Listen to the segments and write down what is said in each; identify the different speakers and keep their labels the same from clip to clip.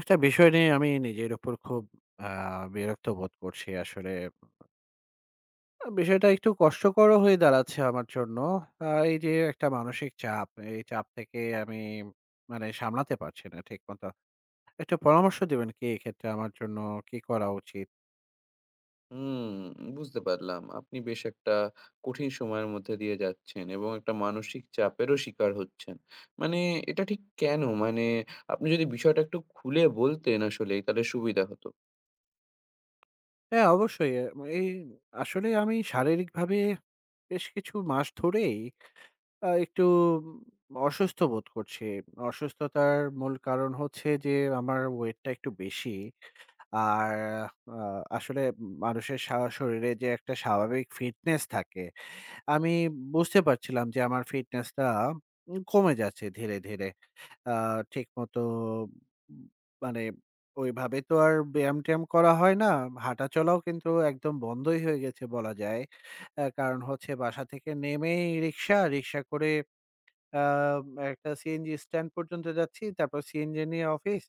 Speaker 1: একটা বিষয় নিয়ে আমি নিজের উপর খুব আ বিরক্ত বোধ করছি আসলে। বিষয়টা একটু কষ্টকরও হয়ে দাঁড়াচ্ছে আমার জন্য। এই যে একটা মানসিক চাপ, এই চাপ থেকে আমি মানে সামলাতে পারছি না ঠিকমতো। একটু পরামর্শ দিবেন কি এক্ষেত্রে আমার জন্য কি করা উচিত?
Speaker 2: হুম, বুঝতে পারলাম। আপনি বেশ একটা কঠিন সময়ের মধ্যে দিয়ে যাচ্ছেন এবং একটা মানসিক চাপেরও শিকার হচ্ছেন। মানে এটা ঠিক কেন? মানে আপনি যদি বিষয়টা একটু খুলে বলতেন আসলে, তাহলে সুবিধা হতো।
Speaker 1: হ্যাঁ, অবশ্যই। এ এই আসলে আমি শারীরিকভাবে বেশ কিছু মাস ধরেই একটু অসুস্থ বোধ করছি। অসুস্থতার মূল কারণ হচ্ছে যে আমার ওয়েটটা একটু বেশি। আর আ আসলে মানুষের শরীরে যে একটা স্বাভাবিক ফিটনেস থাকে, আমি বুঝতে পারছিলাম যে আমার ফিটনেসটা কমে যাচ্ছে ধীরে, ধীরে। আ ঠিকমতো উম মানে ওইভাবে তো আর ব্যায়াম-ট্যায়াম করা হয় না। হাঁটাচলাও কিন্তু একদম বন্ধই হয়ে গেছে বলা যায়। কারণ হচ্ছে বাসা থেকে নেমেই রিক্সা, রিক্সা করে আম একটা সিএনজি স্ট্যান্ড পর্যন্ত যাচ্ছি। তারপর সিএনজি নিয়ে অফিস।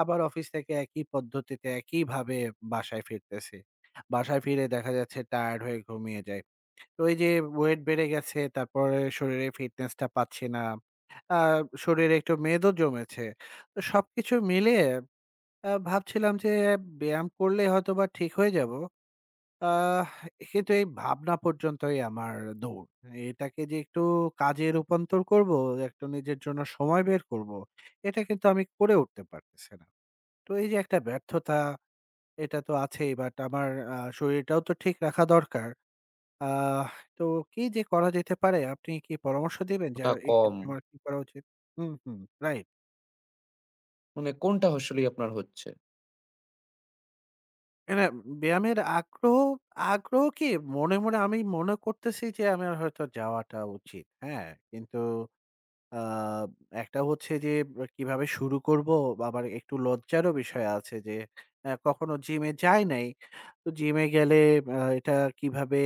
Speaker 1: আবার অফিস থেকে একই পদ্ধতিতে একইভাবে বাসায় ফিরতেছি। বাসায় ফিরে দেখা যাচ্ছে টায়ার্ড হয়ে ঘুমিয়ে যাই। তো এই যে ওয়েট বেড়ে গেছে, তারপরে শরীরে ফিটনেসটা পাচ্ছি না। আ শরীরে একটু মেদও জমেছে। তো সবকিছু মিলিয়ে ভাবছিলাম যে ব্যায়াম করলে হয়তোবা ঠিক হয়ে যাব। আহ কিন্তু এই ভাবনা পর্যন্তই আমার দৌড়। এটাকে যে একটু কাজে রূপান্তর করব, একটু নিজের জন্য সময় বের করব, এটা কিন্তু আমি করে উঠতে পারতেছি না। তো এই যে একটা ব্যর্থতা, এটা তো আছেই বাট আমার শরীরটাও তো ঠিক রাখা দরকার। আহ তো কি যে করা যেতে পারে আপনি কি পরামর্শ দিবেন যে
Speaker 2: ওটা কম।
Speaker 1: এক্ষেত্রে আমার কি করা উচিত? হুম, হুম, রাইট।
Speaker 2: মানে কোনটা আসলেই আপনার হচ্ছে?
Speaker 1: মানে ব্যায়ামের আগ্রহ, আগ্রহ কি মনে, মনে আমি মনে করতেছি যে আমার হয়তো যাওয়াটা উচিত। হ্যাঁ? কিন্তু আ একটা হচ্ছে যে কিভাবে শুরু করব? আবার একটু লজ্জারও বিষয় আছে যে কখনো জিমে যাই নাই। তো জিমে গেলে আ এটা কিভাবে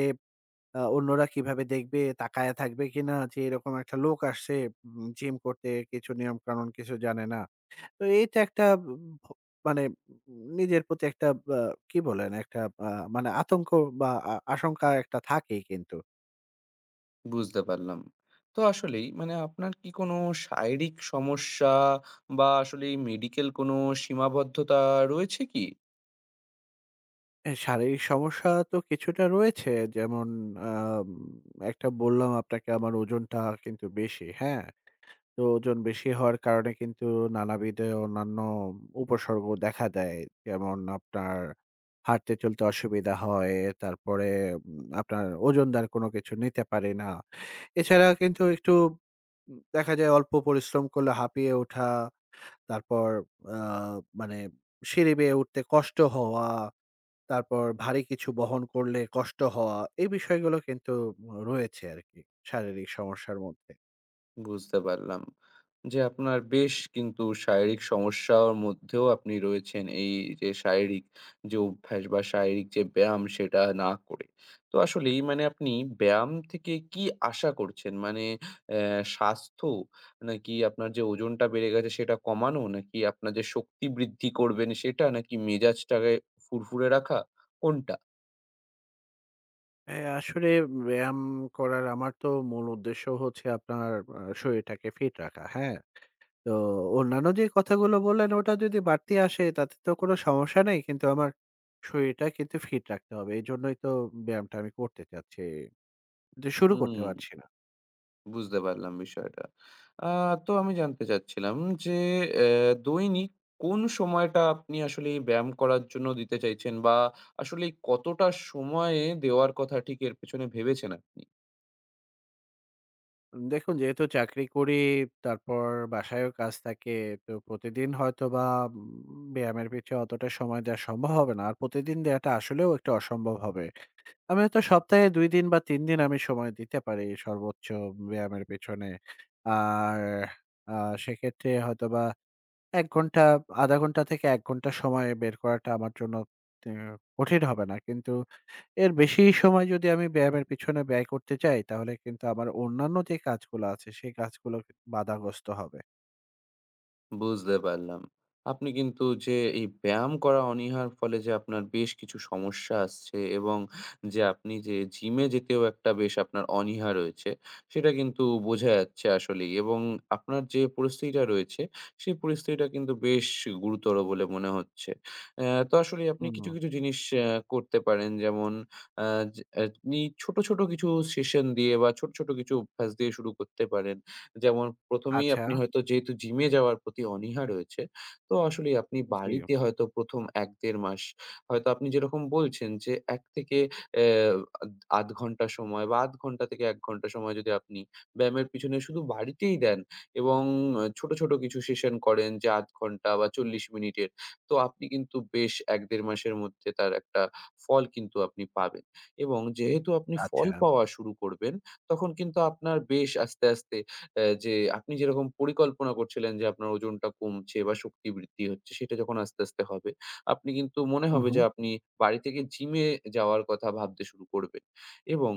Speaker 1: আ অন্যরা কিভাবে দেখবে? তাকায়া থাকবে কিনা? যে এরকম একটা লোক আসছে জিম করতে কিছু নিয়মকানুন কিছু জানে না। তো এইটা একটা উম, ভ মানে নিজের প্রতি একটা আ কি বলেন? একটা আ মানে আতঙ্ক বা আশঙ্কা একটা থাকেই কিন্তু।
Speaker 2: বুঝতে পারলাম। তো আসলেই মানে আপনার কি কোনো শারীরিক সমস্যা বা আসলে মেডিকেল কোনো সীমাবদ্ধতা রয়েছে কি?
Speaker 1: হ্যাঁ, শারীরিক সমস্যা তো কিছুটা রয়েছে। যেমন আম একটা বললাম আপনাকে আমার ওজনটা কিন্তু বেশি, হ্যাঁ? তো ওজন বেশি হওয়ার কারণে কিন্তু নানাবিধ অন্যান্য উপসর্গ দেখা দেয়। যেমন আপনার হাঁটতে চলতে অসুবিধা হয়, তারপরে আপনার ওজনদার কোনো কিছু নিতে পারি না। এছাড়া কিন্তু একটু দেখা যায় অল্প পরিশ্রম করলে হাঁপিয়ে ওঠা, তারপর আ মানে সিঁড়ি বেয়ে উঠতে কষ্ট হওয়া। তারপর ভারী কিছু বহন করলে কষ্ট হওয়া, এই বিষয়গুলো কিন্তু রয়েছে আরকি শারীরিক সমস্যার মধ্যে।
Speaker 2: বুঝতে পারলাম। যে আপনার বেশ কিন্তু শারীরিক সমস্যার মধ্যেও আপনি রয়েছেন। এই যে শারীরিক যে অভ্যাস বা শারীরিক যে ব্যায়াম, সেটা না করে। তো আসলেই মানে আপনি ব্যায়াম থেকে কি আশা করছেন? মানে স্বাস্থ্য, নাকি আপনার যে ওজনটা বেড়ে গেছে সেটা কমানো? নাকি আপনার যে শক্তি বৃদ্ধি করবেন সেটা? নাকি মেজাজটাকে ফুরফুরে রাখা? কোনটা?
Speaker 1: আসলে ব্যায়াম করার আমার তো মূল উদ্দেশ্য হচ্ছে আপনার শরীরটাকে ফিট রাখা, হ্যাঁ? তো অন্যান্য যে কথাগুলো বললেন ওটা যদি বাড়তি আসে তাতে তো কোনো সমস্যা নেই। কিন্তু আমার শরীরটা কিন্তু ফিট রাখতে হবে। এজন্যই তো ব্যায়ামটা আমি করতে চাচ্ছি। কিন্তু শুরু করতে
Speaker 2: হুম।
Speaker 1: পারছি না।
Speaker 2: বুঝতে পারলাম বিষয়টা। আ তো আমি জানতে চাচ্ছিলাম যে, দৈনিক কোন সময়টা আপনি আসলে এই ব্যায়াম করার জন্য দিতে চাইছেন? বা আসলে কতটা সময়ে দেওয়ার কথা ঠিক এর পেছনে ভেবেছেন আপনি?
Speaker 1: দেখুন যেহেতু চাকরি করি, তারপর বাসায়ও কাজ থাকে। তো প্রতিদিন হয়তোবা ব্যায়ামের পিছে অতটা সময় দেওয়া সম্ভব হবে না। আর প্রতিদিন দেওয়াটা আসলেও একটা অসম্ভব হবে। আমি হয়তো সপ্তাহে ২ দিন বা ৩ দিন আমি সময় দিতে পারি সর্বোচ্চ ব্যায়ামের পেছনে। আর আ সেক্ষেত্রে হয়তোবা ১ ঘন্টা ০.৫ ঘন্টা থেকে ১ ঘন্টা সময় বের করাটা আমার জন্য তে কঠিন হবে না। কিন্তু এর বেশি সময় যদি আমি ব্যায়ামের পিছনে ব্যয় করতে চাই, তাহলে কিন্তু আমার অন্যান্য যে কাজগুলো আছে, সেই কাজগুলো বাধাগ্রস্ত হবে।
Speaker 2: বুঝতে পারলাম। আপনি কিন্তু যে এই ব্যায়াম করা অনীহার ফলে যে আপনার বেশ কিছু সমস্যা আসছে এবং যে আপনি যে জিমে যেতেও একটা বেশ আপনার অনীহা রয়েছে, সেটা কিন্তু বোঝা যাচ্ছে আসলেই, এবং আপনার যে পরিস্থিতিটা রয়েছে, সেই পরিস্থিতিটা কিন্তু বেশ গুরুতর বলে মনে হচ্ছে। তো আসলেই আপনি
Speaker 1: হুম,
Speaker 2: কিছু, কিছু জিনিস করতে পারেন, যেমন অ্যা যে আপনি ছোট, ছোট কিছু সেশন দিয়ে বা ছোট, ছোট কিছু অভ্যাস দিয়ে শুরু করতে পারেন। যেমন ১ম এই,
Speaker 1: আচ্ছা,
Speaker 2: আপনি হয়তো যেহেতু জিমে যাওয়ার প্রতি অনীহা রয়েছে, তো আসলেই আপনি
Speaker 1: জি,
Speaker 2: বাড়িতে হয়তো ১ম ১-১.৫ মাস হয়তো আপনি যেরকম বলছেন যে ১ থেকে ০.৫ ঘন্টা সময় বা ০.৫ ঘন্টা থেকে ১ ঘন্টা সময় যদি আপনি ব্যায়ামের পিছনে শুধু বাড়িতেই দেন, এবং ছোট, ছোট কিছু সেশন করেন যে ০.৫ ঘন্টা বা ৪০ মিনিটের, তো আপনি কিন্তু বেশ ১-১.৫ মাসের মধ্যে তার একটা ফল কিন্তু আপনি পাবেন। এবং যেহেতু আপনি ফল
Speaker 1: আচ্ছা,
Speaker 2: পাওয়া শুরু করবেন, তখন কিন্তু আপনার বেশ আস্তে, আস্তে যে আপনি যেরকম পরিকল্পনা করছিলেন যে আপনার ওজনটা কমছে বা শক্তি বৃদ্ধি হচ্ছে, সেটা যখন আস্তে, আস্তে হবে, আপনি কিন্তু মনে
Speaker 1: হুম,
Speaker 2: হবে যে
Speaker 1: হুম,
Speaker 2: আপনি বাড়ি থেকে জিমে যাওয়ার কথা ভাবতে শুরু করবেন। এবং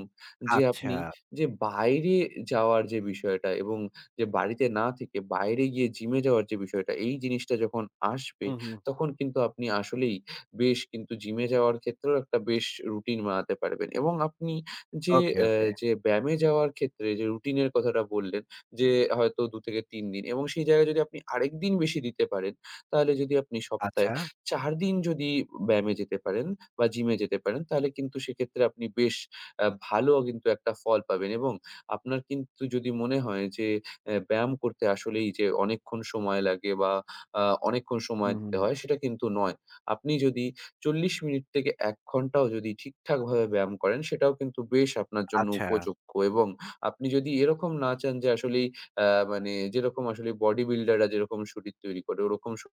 Speaker 2: যে
Speaker 1: আচ্ছা,
Speaker 2: আপনি যে বাইরে যাওয়ার যে বিষয়টা, এবং যে বাড়িতে না থেকে বাইরে গিয়ে জিমে যাওয়ার যে বিষয়টা, এই জিনিসটা যখন আসবে,
Speaker 1: হুম, হুম,
Speaker 2: তখন কিন্তু আপনি আসলেই বেশ কিন্তু জিমে যাওয়ার ক্ষেত্রেও একটা বেশ রুটিন বানাতে পারবেন। এবং আপনি যে
Speaker 1: ওকে, ওকে,
Speaker 2: যে ব্যায়ামে যাওয়ার ক্ষেত্রে যে রুটিনের কথাটা বললেন যে হয়তো ২ থেকে ৩ দিন, এবং সেই জায়গায় যদি আপনি আরেকদিন বেশি দিতে পারেন, তাহলে যদি আপনি সপ্তাহে
Speaker 1: আচ্ছা,
Speaker 2: ৪ দিন যদি ব্যায়ামে যেতে পারেন বা জিমে যেতে পারেন, তাহলে কিন্তু সেক্ষেত্রে আপনি বেশ ভালো কিন্তু একটা ফল পাবেন। এবং আপনার কিন্তু যদি মনে হয় যে ব্যায়াম করতে আসলেই যে অনেকক্ষণ সময় লাগে বা আ অনেকক্ষণ সময়
Speaker 1: হুম,
Speaker 2: দিতে
Speaker 1: হুম,
Speaker 2: হয়, সেটা কিন্তু নয়। আপনি যদি ৪০ মিনিট থেকে ১ ঘন্টাও যদি ঠিকঠাকভাবে ব্যায়াম করেন, সেটাও কিন্তু বেশ আপনার জন্য
Speaker 1: আচ্ছা,
Speaker 2: উপযোগ্য। এবং আপনি যদি এরকম না চান যে আসলেই আ মানে যেরকম আসলে বডি বিল্ডাররা যেরকম শরীর তৈরি করে ওরকম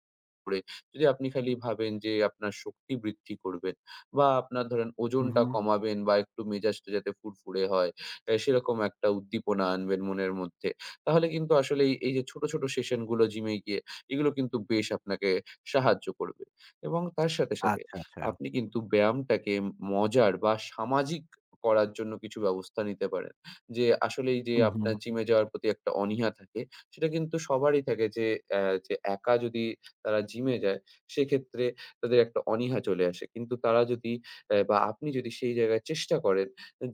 Speaker 2: করে, যদি আপনি খালি ভাবেন যে আপনার শক্তি বৃদ্ধি করবেন বা আপনার ধরেন
Speaker 1: হুম,
Speaker 2: ওজনটা
Speaker 1: হুম,
Speaker 2: কমাবেন বা একটু মেজাজটা যাতে ফুরফুরে হয়, সেরকম একটা উদ্দীপনা আনবেন মনের মধ্যে, তাহলে কিন্তু আসলেই এই এই যে ছোট, ছোট সেশন গুলো জিমে গিয়ে, এগুলো কিন্তু বেশ আপনাকে সাহায্য করবে। এবং তার সাথে, সাথে
Speaker 1: আচ্ছা, আচ্ছা,
Speaker 2: আপনি কিন্তু ব্যায়ামটাকে মজার বা সামাজিক করার জন্য কিছু ব্যবস্থা নিতে পারেন। যে আসলেই যে
Speaker 1: হুম, হুম,
Speaker 2: আপনার জিমে যাওয়ার প্রতি একটা অনীহা থাকে, সেটা কিন্তু সবারই থাকে যে যে একা যদি তারা জিমে যায়, সেক্ষেত্রে তাদের একটা অনীহা চলে আসে। কিন্তু তারা যদি বা আপনি যদি সেই জায়গায় চেষ্টা করেন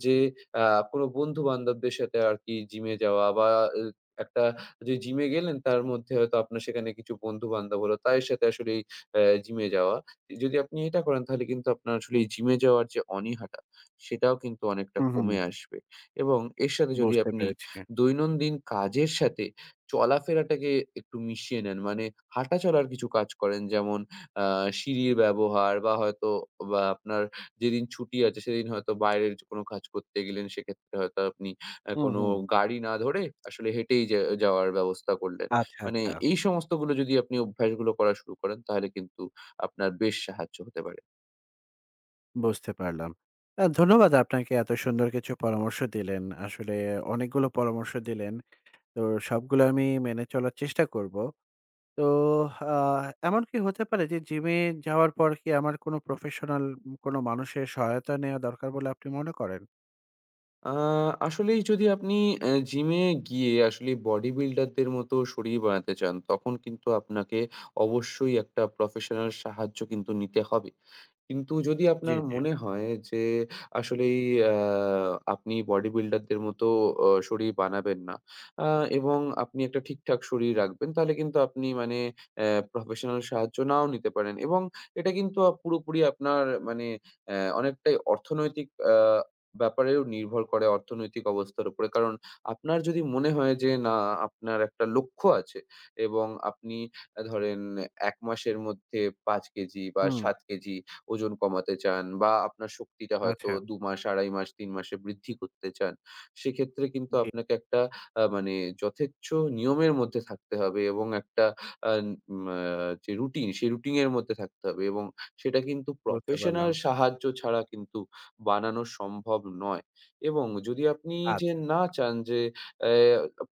Speaker 2: যে আ কোনো বন্ধু-বান্ধবদের সাথে আরকি জিমে যাওয়া, বা এ একটা যে জিমে গেলেন তার মধ্যে হয়তো আপনার সেখানে কিছু বন্ধু-বান্ধব হলো, তাদের সাথে আসলেই জিমে যাওয়া। যদি আপনি এটা করেন, তাহলে কিন্তু আপনার আসলে এই জিমে যাওয়ার যে অনীহাটা, সেটাও কিন্তু অনেকটা
Speaker 1: হুম, হুম,
Speaker 2: কমে আসবে। এবং এর সাথে যদি
Speaker 1: বুঝতে
Speaker 2: আপনি
Speaker 1: পেরেছি।
Speaker 2: দৈনন্দিন কাজের সাথে চলাফেরাটাকে একটু মিশিয়ে নেন। মানে হাঁটাচলার কিছু কাজ করেন, যেমন আ সিঁড়ির ব্যবহার, বা হয়তো বা আপনার যেদিন ছুটি আছে সেদিন হয়তো বাইরের যে কোনো কাজ করতে গেলেন, সেক্ষেত্রে হয়তো আপনি
Speaker 1: হুম,
Speaker 2: কোনো
Speaker 1: হুম,
Speaker 2: গাড়ি না ধরে আসলে হেঁটেই যাওয়ার ব্যবস্থা করলেন।
Speaker 1: আচ্ছা,
Speaker 2: মানে
Speaker 1: আচ্ছা,
Speaker 2: এই সমস্তগুলো যদি আপনি অভ্যাসগুলো করা শুরু করেন, তাহলে কিন্তু আপনার বেশ সাহায্য হতে পারে।
Speaker 1: বুঝতে পারলাম। ধন্যবাদ আপনাকে এত সুন্দর কিছু পরামর্শ দিলেন। আসলে অনেকগুলো পরামর্শ দিলেন। তো সবগুলো আমি মেনে চলার চেষ্টা করব। তো আ এমন কি হতে পারে যে জিমে যাওয়ার পর কি আমার কোনো প্রফেশনাল কোনো মানুষের সহায়তা নেয়া দরকার বলে আপনি মনে করেন?
Speaker 2: আ আসলেই যদি আপনি জিমে গিয়ে আসলে বডি বিল্ডারদের মতো শরীর বানাতে চান, তখন কিন্তু আপনাকে অবশ্যই একটা প্রফেশনাল সাহায্য কিন্তু নিতে হবে। কিন্তু যদি
Speaker 1: জি,
Speaker 2: আপনার
Speaker 1: জি।
Speaker 2: মনে হয় যে আসলেই আ আপনি বডি বিল্ডারদের মতো শরীর বানাবেন না, আ এবং আপনি একটা ঠিকঠাক শরীর রাখবেন, তাহলে কিন্তু আপনি মানে অ্যা প্রফেশনাল সাহায্য নাও নিতে পারেন। এবং এটা কিন্তু পুরোপুরি আপনার মানে অনেকটাই অর্থনৈতিক ব্যাপারেও নির্ভর করে, অর্থনৈতিক অবস্থার উপরে। কারণ আপনার যদি মনে হয় যে না, আপনার একটা লক্ষ্য আছে এবং আপনি ধরেন ১ মাসের মধ্যে ৫ কেজি বা
Speaker 1: হুম।
Speaker 2: ৭ কেজি ওজন কমাতে চান, বা আপনার শক্তিটা হয়তো
Speaker 1: আচ্ছা।
Speaker 2: ২ মাস, ২.৫ মাস, ৩ মাসে বৃদ্ধি করতে চান, সেক্ষেত্রে কিন্তু
Speaker 1: জি।
Speaker 2: আপনাকে একটা মানে যথেচ্ছ নিয়মের মধ্যে থাকতে হবে, এবং একটা আন মা যে রুটিন, সেই রুটিন এর মধ্যে থাকতে হবে, এবং সেটা কিন্তু
Speaker 1: বুঝতে
Speaker 2: প্রফেশনাল
Speaker 1: পারলাম।
Speaker 2: সাহায্য ছাড়া কিন্তু বানানো সম্ভব নয়। এবং যদি আপনি যে
Speaker 1: আচ্ছা,
Speaker 2: না
Speaker 1: আচ্ছা।
Speaker 2: চান যে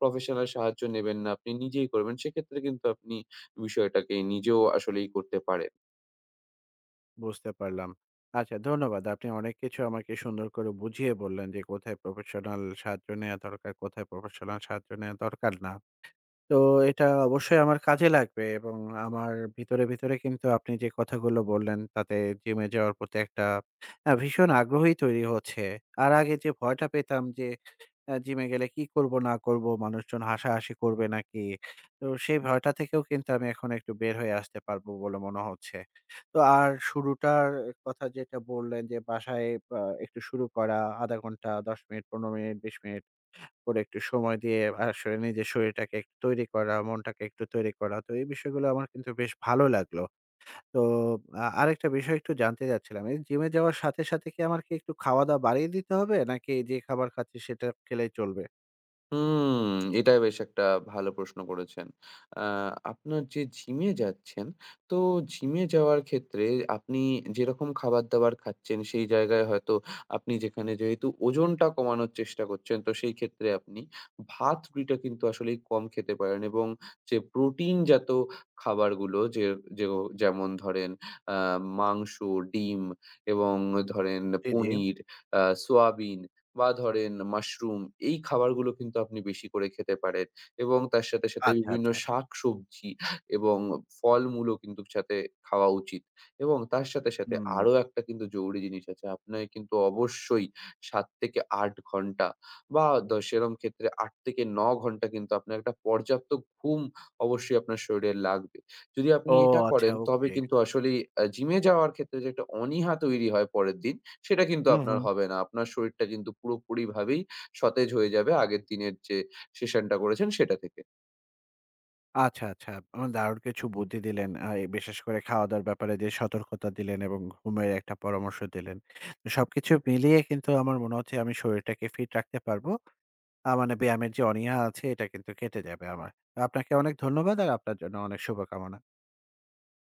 Speaker 2: প্রফেশনাল সাহায্য নেবেন না, আপনি নিজেই করবেন, সেক্ষেত্রে কিন্তু আপনি বিষয়টাকে নিজেও আসলেই করতে পারেন।
Speaker 1: বুঝতে পারলাম। আচ্ছা, ধন্যবাদ। আপনি অনেক কিছু আমাকে সুন্দর করে বুঝিয়ে বললেন যে কোথায় প্রফেশনাল সাহায্য নেয়া দরকার, কোথায় প্রফেশনাল সাহায্য নেয়া দরকার না। তো এটা অবশ্যই আমার কাজে লাগবে এবং আমার ভিতরে, ভিতরে কিন্তু আপনি যে কথাগুলো বললেন তাতে জিমে যাওয়ার প্রতি একটা ভীষণ আগ্রহই তৈরি হচ্ছে। আর আগে যে ভয়টা পেতাম যে জিমে গেলে কি করব না করব, মানুষজন হাসাহাসি করবে নাকি? তো সেই ভয়টা থেকেও কিন্তু আমি এখন একটু বের হয়ে আসতে পারবো বলে মনে হচ্ছে। তো আর শুরুটার কথা যেটা বললেন যে বাসায় আ একটু শুরু করা ০.৫ ঘন্টা, ১০ মিনিট, ১৫ মিনিট, ২০ মিনিট। করে একটু সময় দিয়ে আসলে নিজের শরীরটাকে একটু তৈরি করা, মনটাকে একটু তৈরি করা। তো এই বিষয়গুলো আমার কিন্তু বেশ ভালো লাগলো। তো আরেকটা বিষয় একটু জানতে চাচ্ছিলাম। এই জিমে যাওয়ার সাথে, সাথে কি আমার কি একটু খাওয়া-দাওয়া বাড়িয়ে দিতে হবে? নাকি যে খাবার খাচ্ছি সেটা খেলেই চলবে?
Speaker 2: হুম, এটা বেশ একটা ভালো প্রশ্ন করেছেন। আ আপনার যে জিমে যাচ্ছেন, তো জিমে যাওয়ার ক্ষেত্রে আপনি যেরকম খাবার-দাবার খাচ্ছেন, সেই জায়গায় হয়তো আপনি, যেখানে যেহেতু ওজনটা কমানোর চেষ্টা করছেন, তো সেই ক্ষেত্রে আপনি ভাত রুটিটা কিন্তু আসলেই কম খেতে পারেন। এবং যে প্রোটিন জাত খাবারগুলো যে যেও যেমন ধরেন আ মাংস, ডিম এবং ধরেন
Speaker 1: জি, জি।
Speaker 2: পনির, সোয়াবিন বা ধরেন মাশরুম, এই খাবারগুলো কিন্তু আপনি বেশি করে খেতে পারেন। এবং তার সাথে, সাথে
Speaker 1: আচ্ছা,
Speaker 2: বিভিন্ন
Speaker 1: আচ্ছা।
Speaker 2: শাকসবজি এবং ফলমূলও কিন্তু সাথে খাওয়া উচিত। এবং তার সাথে, সাথে
Speaker 1: হুম।
Speaker 2: আরো একটা কিন্তু জরুরি জিনিস আছে। আপনাকে কিন্তু অবশ্যই ৭-৮ ঘন্টা, বা সেরম ক্ষেত্রে ৮-৯ ঘন্টা কিন্তু আপনার একটা পর্যাপ্ত ঘুম অবশ্যই আপনার শরীরে লাগবে। যদি আপনি
Speaker 1: ও
Speaker 2: এটা
Speaker 1: আচ্ছা,
Speaker 2: করেন, তবে
Speaker 1: ওকে।
Speaker 2: কিন্তু আসলেই জিমে যাওয়ার ক্ষেত্রে যে একটা অনীহা তৈরি হয় পরের দিন, সেটা কিন্তু
Speaker 1: হুম,
Speaker 2: আপনার
Speaker 1: হুম।
Speaker 2: হবে না। আপনার শরীরটা কিন্তু পুরোপুরিভাবেই সতেজ হয়ে যাবে আগের দিনের যে সেশনটা করেছেন সেটা থেকে।
Speaker 1: আচ্ছা, আচ্ছা। দারুণ কিছু বুদ্ধি দিলেন। আ এ বিশেষ করে খাওয়া-দাওয়ার ব্যাপারে যে সতর্কতা দিলেন এবং ঘুমের একটা পরামর্শ দিলেন। তো সবকিছু মিলিয়ে কিন্তু আমার মনে হচ্ছে আমি শরীরটাকে ফিট রাখতে পারবো। মানে ব্যায়ামের যে অনীহা আছে এটা কিন্তু কেটে যাবে আমার। আপনাকে অনেক ধন্যবাদ আর আপনার জন্য অনেক শুভকামনা।